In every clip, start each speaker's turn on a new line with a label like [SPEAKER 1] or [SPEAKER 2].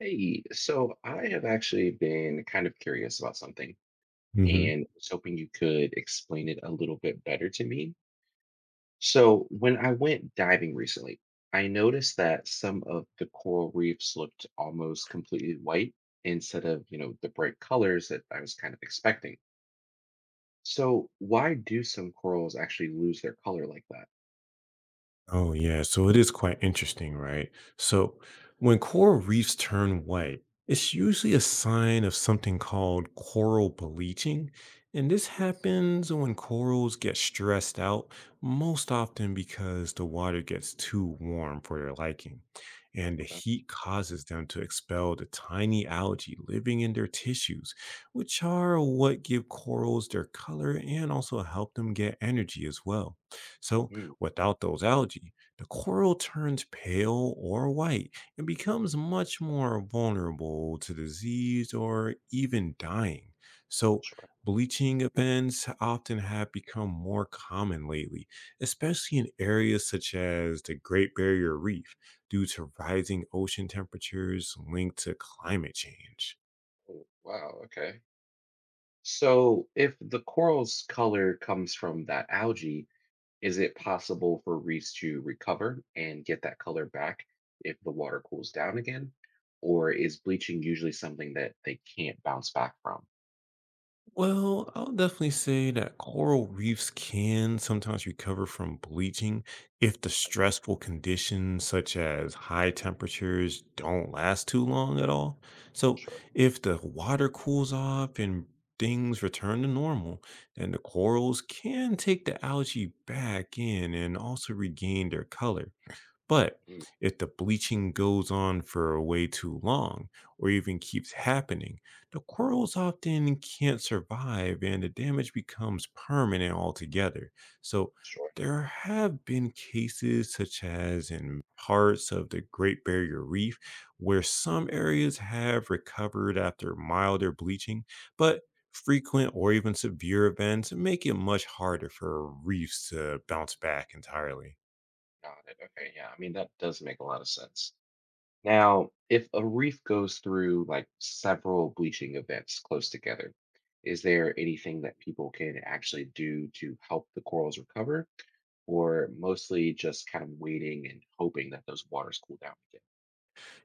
[SPEAKER 1] Hey, so I have actually been kind of curious about something
[SPEAKER 2] Hmm.
[SPEAKER 1] and was hoping you could explain it a little bit better to me. So, when I went diving recently, I noticed that some of the coral reefs looked almost completely white instead of, the bright colors that I was kind of expecting. So, why do some corals actually lose their color like that?
[SPEAKER 2] Oh, yeah. So it is quite interesting, right? So when coral reefs turn white, it's usually a sign of something called coral bleaching. And this
[SPEAKER 1] Mm.
[SPEAKER 2] happens when corals get stressed out, most often because the water gets too warm for their liking. And the
[SPEAKER 1] Okay.
[SPEAKER 2] heat causes them to expel the tiny algae living in their tissues, which are what give corals their color and also help them get energy as well. So,
[SPEAKER 1] Mm,
[SPEAKER 2] without those algae, the coral turns pale or white and becomes much more vulnerable to disease or even dying. So,
[SPEAKER 1] sure.
[SPEAKER 2] bleaching events often have become more common lately, especially in areas such as the Great Barrier Reef, due to rising ocean temperatures linked to climate change.
[SPEAKER 1] Oh, wow. Okay. So, if the coral's color comes from that algae, is it possible for reefs to recover and get that color back if the water cools down again? Or is bleaching usually something that they can't bounce back from?
[SPEAKER 2] Well, I'll definitely say that coral reefs can sometimes recover from bleaching if the stressful conditions, such as high temperatures, don't last too long at all. So,
[SPEAKER 1] Sure.
[SPEAKER 2] if the water cools off and things return to normal, then the corals can take the algae back in and also regain their color. But
[SPEAKER 1] Mm.
[SPEAKER 2] if the bleaching goes on for way too long or even keeps happening, the corals often can't survive and the damage becomes permanent altogether. So
[SPEAKER 1] Sure.
[SPEAKER 2] there have been cases such as in parts of the Great Barrier Reef where some areas have recovered after milder bleaching, but frequent or even severe events make it much harder for reefs to bounce back entirely.
[SPEAKER 1] Got it. Okay. Yeah. I mean, that does make a lot of sense. Now, if a reef goes through like several bleaching events close together, is there anything that people can actually do to help the corals recover, or mostly just kind of waiting and hoping that those waters cool down again?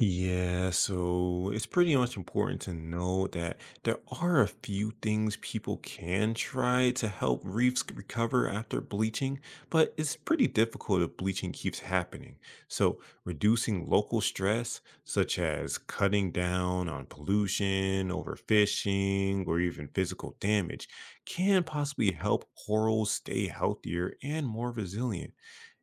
[SPEAKER 2] Yeah, so it's pretty much important to know that there are a few things people can try to help reefs recover after bleaching, but it's pretty difficult if bleaching keeps happening. So, reducing local stress, such as cutting down on pollution, overfishing, or even physical damage, can possibly help corals stay healthier and more resilient.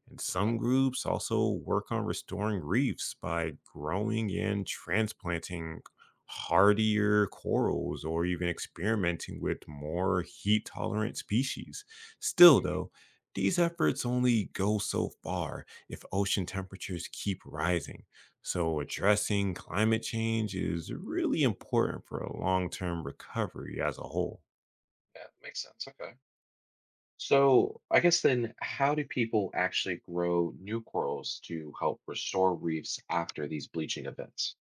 [SPEAKER 2] And
[SPEAKER 1] Okay.
[SPEAKER 2] some groups also work on restoring reefs by growing and transplanting hardier corals or even experimenting with more heat tolerant species. Still,
[SPEAKER 1] Okay.
[SPEAKER 2] though, these efforts only go so far if ocean temperatures keep rising. So,
[SPEAKER 1] Sure.
[SPEAKER 2] addressing climate change is really important for a long term recovery as a whole.
[SPEAKER 1] Yeah, that makes sense. Okay. So I guess then, how do people actually grow new corals to help restore reefs after these bleaching events?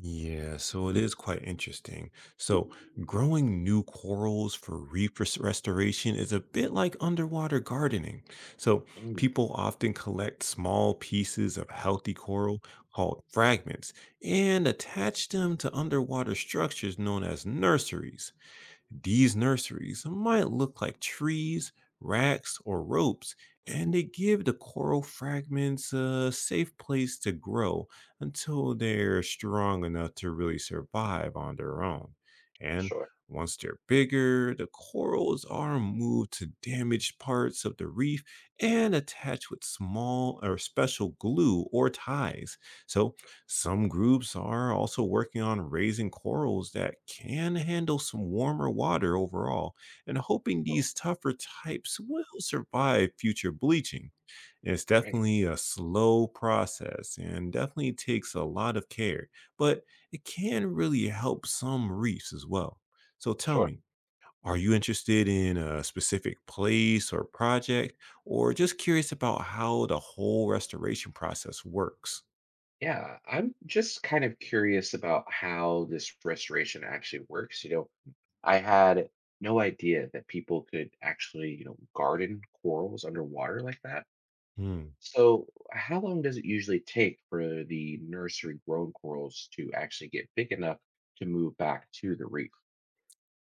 [SPEAKER 2] Yeah, so it is quite interesting. So, growing new corals for reef restoration is a bit like underwater gardening. So,
[SPEAKER 1] Mm,
[SPEAKER 2] people often collect small pieces of healthy coral called fragments and attach them to underwater structures known as nurseries. These nurseries might look like trees, racks, or ropes, and they give the coral fragments a safe place to grow until they're strong enough to really survive on their own. And
[SPEAKER 1] sure.
[SPEAKER 2] once they're bigger, the corals are moved to damaged parts of the reef and attached with small or special glue or ties. So some groups are also working on raising corals that can handle some warmer water overall and hoping
[SPEAKER 1] Oh,
[SPEAKER 2] these tougher types will survive future bleaching. It's
[SPEAKER 1] right.
[SPEAKER 2] definitely a slow process and definitely takes a lot of care, but it can really help some reefs as well. So tell
[SPEAKER 1] Sure.
[SPEAKER 2] me, are you interested in a specific place or project, or just curious about how the whole restoration process works?
[SPEAKER 1] Yeah, I'm just kind of curious about how this restoration actually works. I had no idea that people could actually, garden corals underwater like that.
[SPEAKER 2] Hmm.
[SPEAKER 1] So, how long does it usually take for the nursery grown corals to actually get big enough to move back to the reef?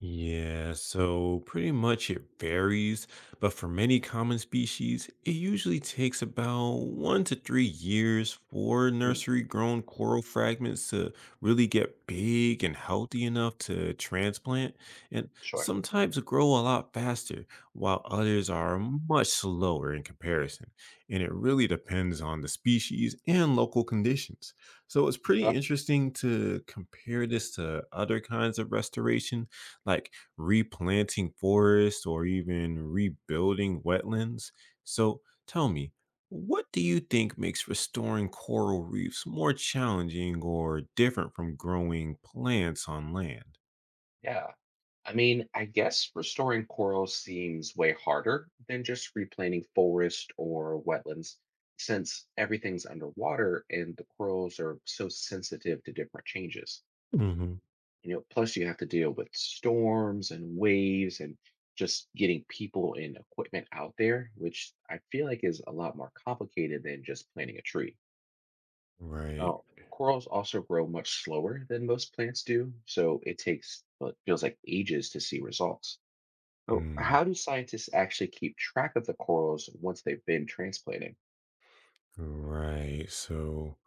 [SPEAKER 2] Yeah, so pretty much it varies, but for many common species, it usually takes about 1 to 3 years for
[SPEAKER 1] Mm,
[SPEAKER 2] nursery grown coral fragments to really get big and healthy enough to transplant. And
[SPEAKER 1] sure.
[SPEAKER 2] some types grow a lot faster, while others are much slower in comparison. And it really depends on the species and local conditions. So it's pretty
[SPEAKER 1] Okay.
[SPEAKER 2] interesting to compare this to other kinds of restoration like replanting forests or even rebuilding wetlands. So tell me, what do you think makes restoring coral reefs more challenging or different from growing plants on land?
[SPEAKER 1] Yeah. I mean, I guess restoring corals seems way harder than just replanting forest or wetlands, since everything's underwater and the corals are so sensitive to different changes.
[SPEAKER 2] Hmm.
[SPEAKER 1] Plus you have to deal with storms and waves and just getting people and equipment out there, which I feel like is a lot more complicated than just planting a tree.
[SPEAKER 2] Right.
[SPEAKER 1] Now corals also grow much slower than most plants do, so it takes what feels like ages to see results. So
[SPEAKER 2] Mm,
[SPEAKER 1] how do scientists actually keep track of the corals once they've been transplanted?
[SPEAKER 2] right.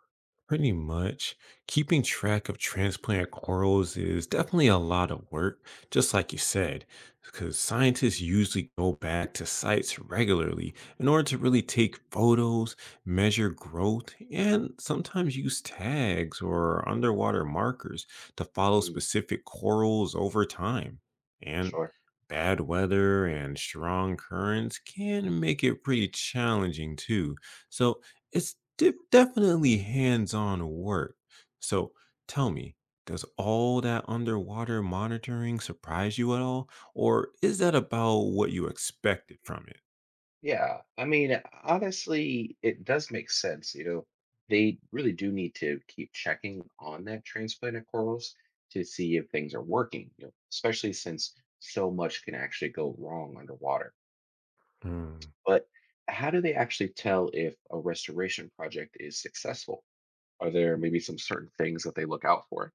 [SPEAKER 2] Pretty much. Keeping track of transplant corals is definitely a lot of work, just like you said, because scientists usually go back to sites regularly in order to really take photos, measure growth, and sometimes use tags or underwater markers to follow
[SPEAKER 1] Mm,
[SPEAKER 2] specific corals over time. And
[SPEAKER 1] sure.
[SPEAKER 2] bad weather and strong currents can make it pretty challenging too. So it's de definitely hands-on work. So tell me, does all that underwater monitoring surprise you at all, or is that about what you expected from it?
[SPEAKER 1] Yeah, I mean, honestly, it does make sense. They really do need to keep checking on that transplanted corals to see if things are working, especially since so much can actually go wrong underwater. But how do they actually tell if a restoration project is successful? Are there maybe some certain things that they look out for?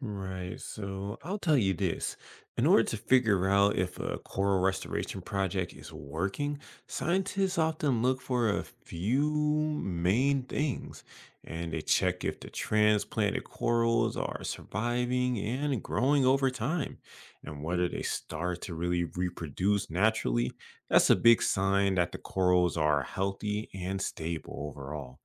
[SPEAKER 2] Right. So I'll tell you this. In order to figure out if a coral restoration project is working, scientists often look for a few main things and they check if the transplanted corals are surviving and growing over time and whether
[SPEAKER 1] Mm,
[SPEAKER 2] they start to really reproduce naturally. That's a big sign that the corals are healthy and stable overall.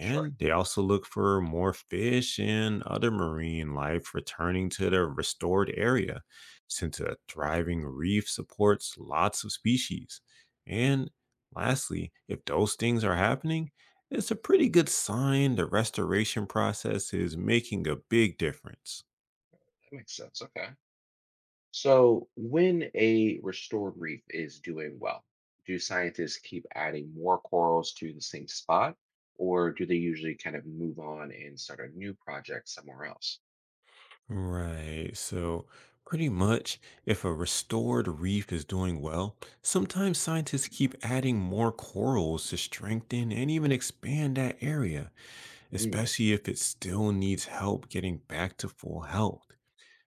[SPEAKER 1] sure,
[SPEAKER 2] they also look for more fish and other marine life returning to the restored area, since a thriving reef supports lots of species. And lastly, if those things are happening, it's a pretty good sign the restoration process is making a big difference.
[SPEAKER 1] that makes sense. Okay. So, when a restored reef is doing well, do scientists keep adding more corals to the same spot, or do they usually kind of move on and start a new project somewhere else?
[SPEAKER 2] Right. So, pretty much, if a restored reef is doing well, sometimes scientists keep adding more corals to strengthen and even expand that area,
[SPEAKER 1] Mm,
[SPEAKER 2] especially if it still needs help getting back to full health.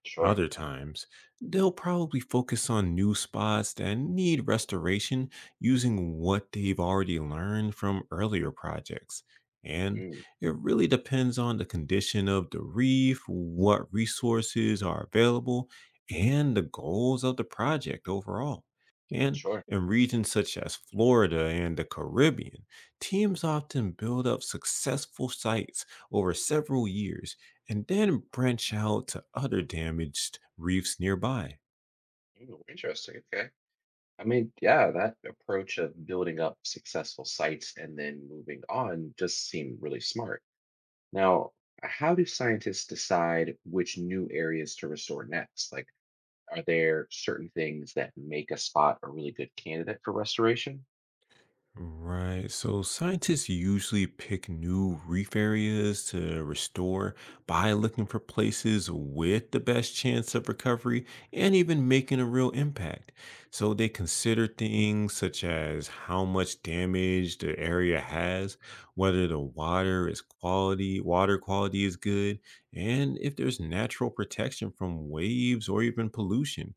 [SPEAKER 1] sure.
[SPEAKER 2] Other times, they'll probably focus on new spots that need restoration using what they've already learned from earlier projects. And
[SPEAKER 1] Mm,
[SPEAKER 2] it really depends on the condition of the reef, what resources are available, and the goals of the project overall. And
[SPEAKER 1] sure.
[SPEAKER 2] in regions such as Florida and the Caribbean, teams often build up successful sites over several years and then branch out to other damaged reefs nearby.
[SPEAKER 1] Mm, interesting. Okay. I mean, yeah, that approach of building up successful sites and then moving on just seem really smart. Now, how do scientists decide which new areas to restore next? Like, are there certain things that make a spot a really good candidate for restoration?
[SPEAKER 2] Right. So scientists usually pick new reef areas to restore by looking for places with the best chance of recovery and even making a real impact. So they consider things such as how much damage the area has, whether the water is quality, water quality is good, and if there's natural protection from waves or even pollution,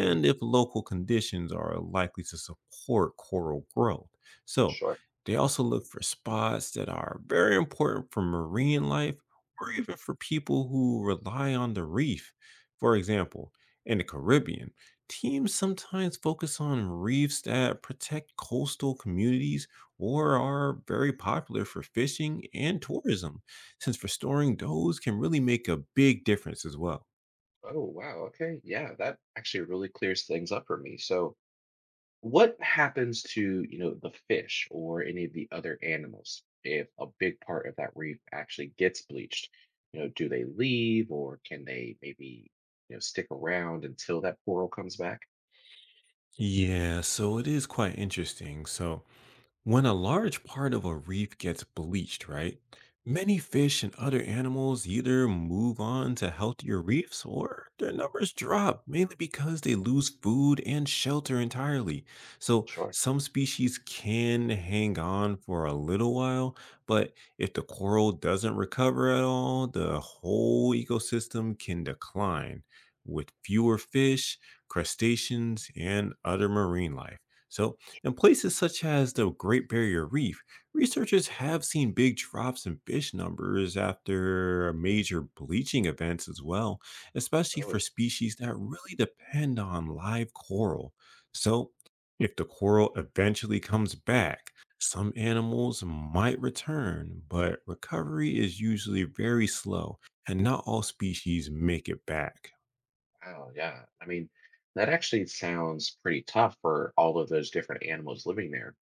[SPEAKER 1] Mm,
[SPEAKER 2] if local conditions are likely to support coral growth. So
[SPEAKER 1] sure.
[SPEAKER 2] they also look for spots that are very important for marine life or even for people who rely on the reef. For example, in the Caribbean, teams sometimes focus on reefs that protect coastal communities or are very popular for fishing and tourism, since restoring those can really make a big difference as well.
[SPEAKER 1] Oh, wow. Okay. Yeah, that actually really clears things up for me. So, what happens to, the fish or any of the other animals if a big part of that reef actually gets bleached? Do they leave or can they maybe, stick around until that coral comes back?
[SPEAKER 2] Yeah, so it is quite interesting. So, when a large part of a reef gets bleached, right? Many fish and other animals either move on to healthier reefs or their numbers drop, mainly because they lose food and shelter entirely. So,
[SPEAKER 1] Sure.
[SPEAKER 2] some species can hang on for a little while, but if the coral doesn't recover at all, the whole ecosystem can decline with fewer fish, crustaceans, and other marine life. So, in places such as the Great Barrier Reef, researchers have seen big drops in fish numbers after major bleaching events as well, especially for
[SPEAKER 1] Oh,
[SPEAKER 2] species that really depend on live coral. So, if the coral eventually comes back, some animals might return, but recovery is usually very slow, and not all species make it back.
[SPEAKER 1] wow. Yeah. I mean, that actually sounds pretty tough for all of those different animals living there.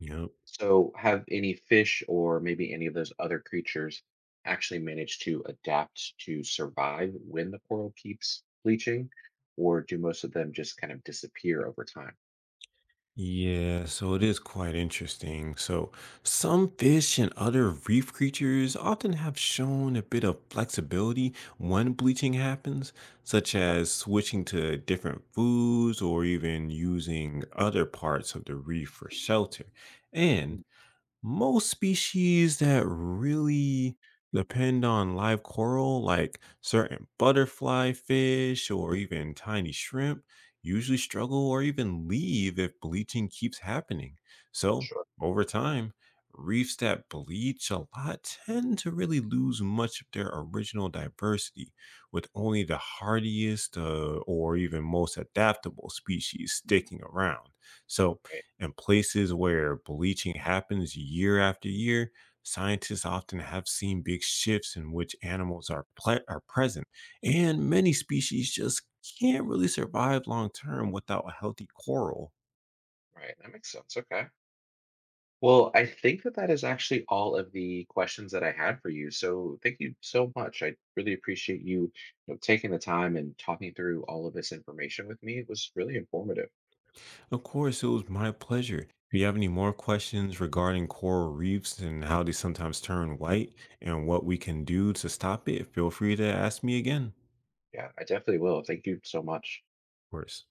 [SPEAKER 2] You know,
[SPEAKER 1] So, have any fish or maybe any of those other creatures actually managed to adapt to survive when the coral keeps bleaching, or do most of them just kind of disappear over time?
[SPEAKER 2] yeah, so it is quite interesting. So, some fish and other reef creatures often have shown a bit of flexibility when bleaching happens, such
[SPEAKER 1] Okay.
[SPEAKER 2] as switching to different foods or even using other parts of the reef for shelter.
[SPEAKER 1] Mm.
[SPEAKER 2] And most species that really depend on live coral, like certain butterfly fish or even tiny shrimp, usually struggle or even leave if bleaching keeps happening. So,
[SPEAKER 1] Sure.
[SPEAKER 2] over time, reefs that bleach a lot tend to really lose much of their original diversity, with only the hardiest or even most adaptable species sticking around. So,
[SPEAKER 1] Right,
[SPEAKER 2] in places where bleaching happens year after year, scientists often have seen big shifts in which animals are present, and many species just can't really survive long term without a healthy coral.
[SPEAKER 1] right. That makes sense. Okay. Well, I think that that is actually all of the questions that I had for you. So, thank you so much. I really appreciate you, taking the time and talking through all of this information with me. It was really informative.
[SPEAKER 2] Of course, it was my pleasure. If you have any more questions regarding coral reefs and how they sometimes turn white and what we can do to stop it, feel free to ask me again. Of
[SPEAKER 1] Yeah, I definitely will. Thank you so much.
[SPEAKER 2] course.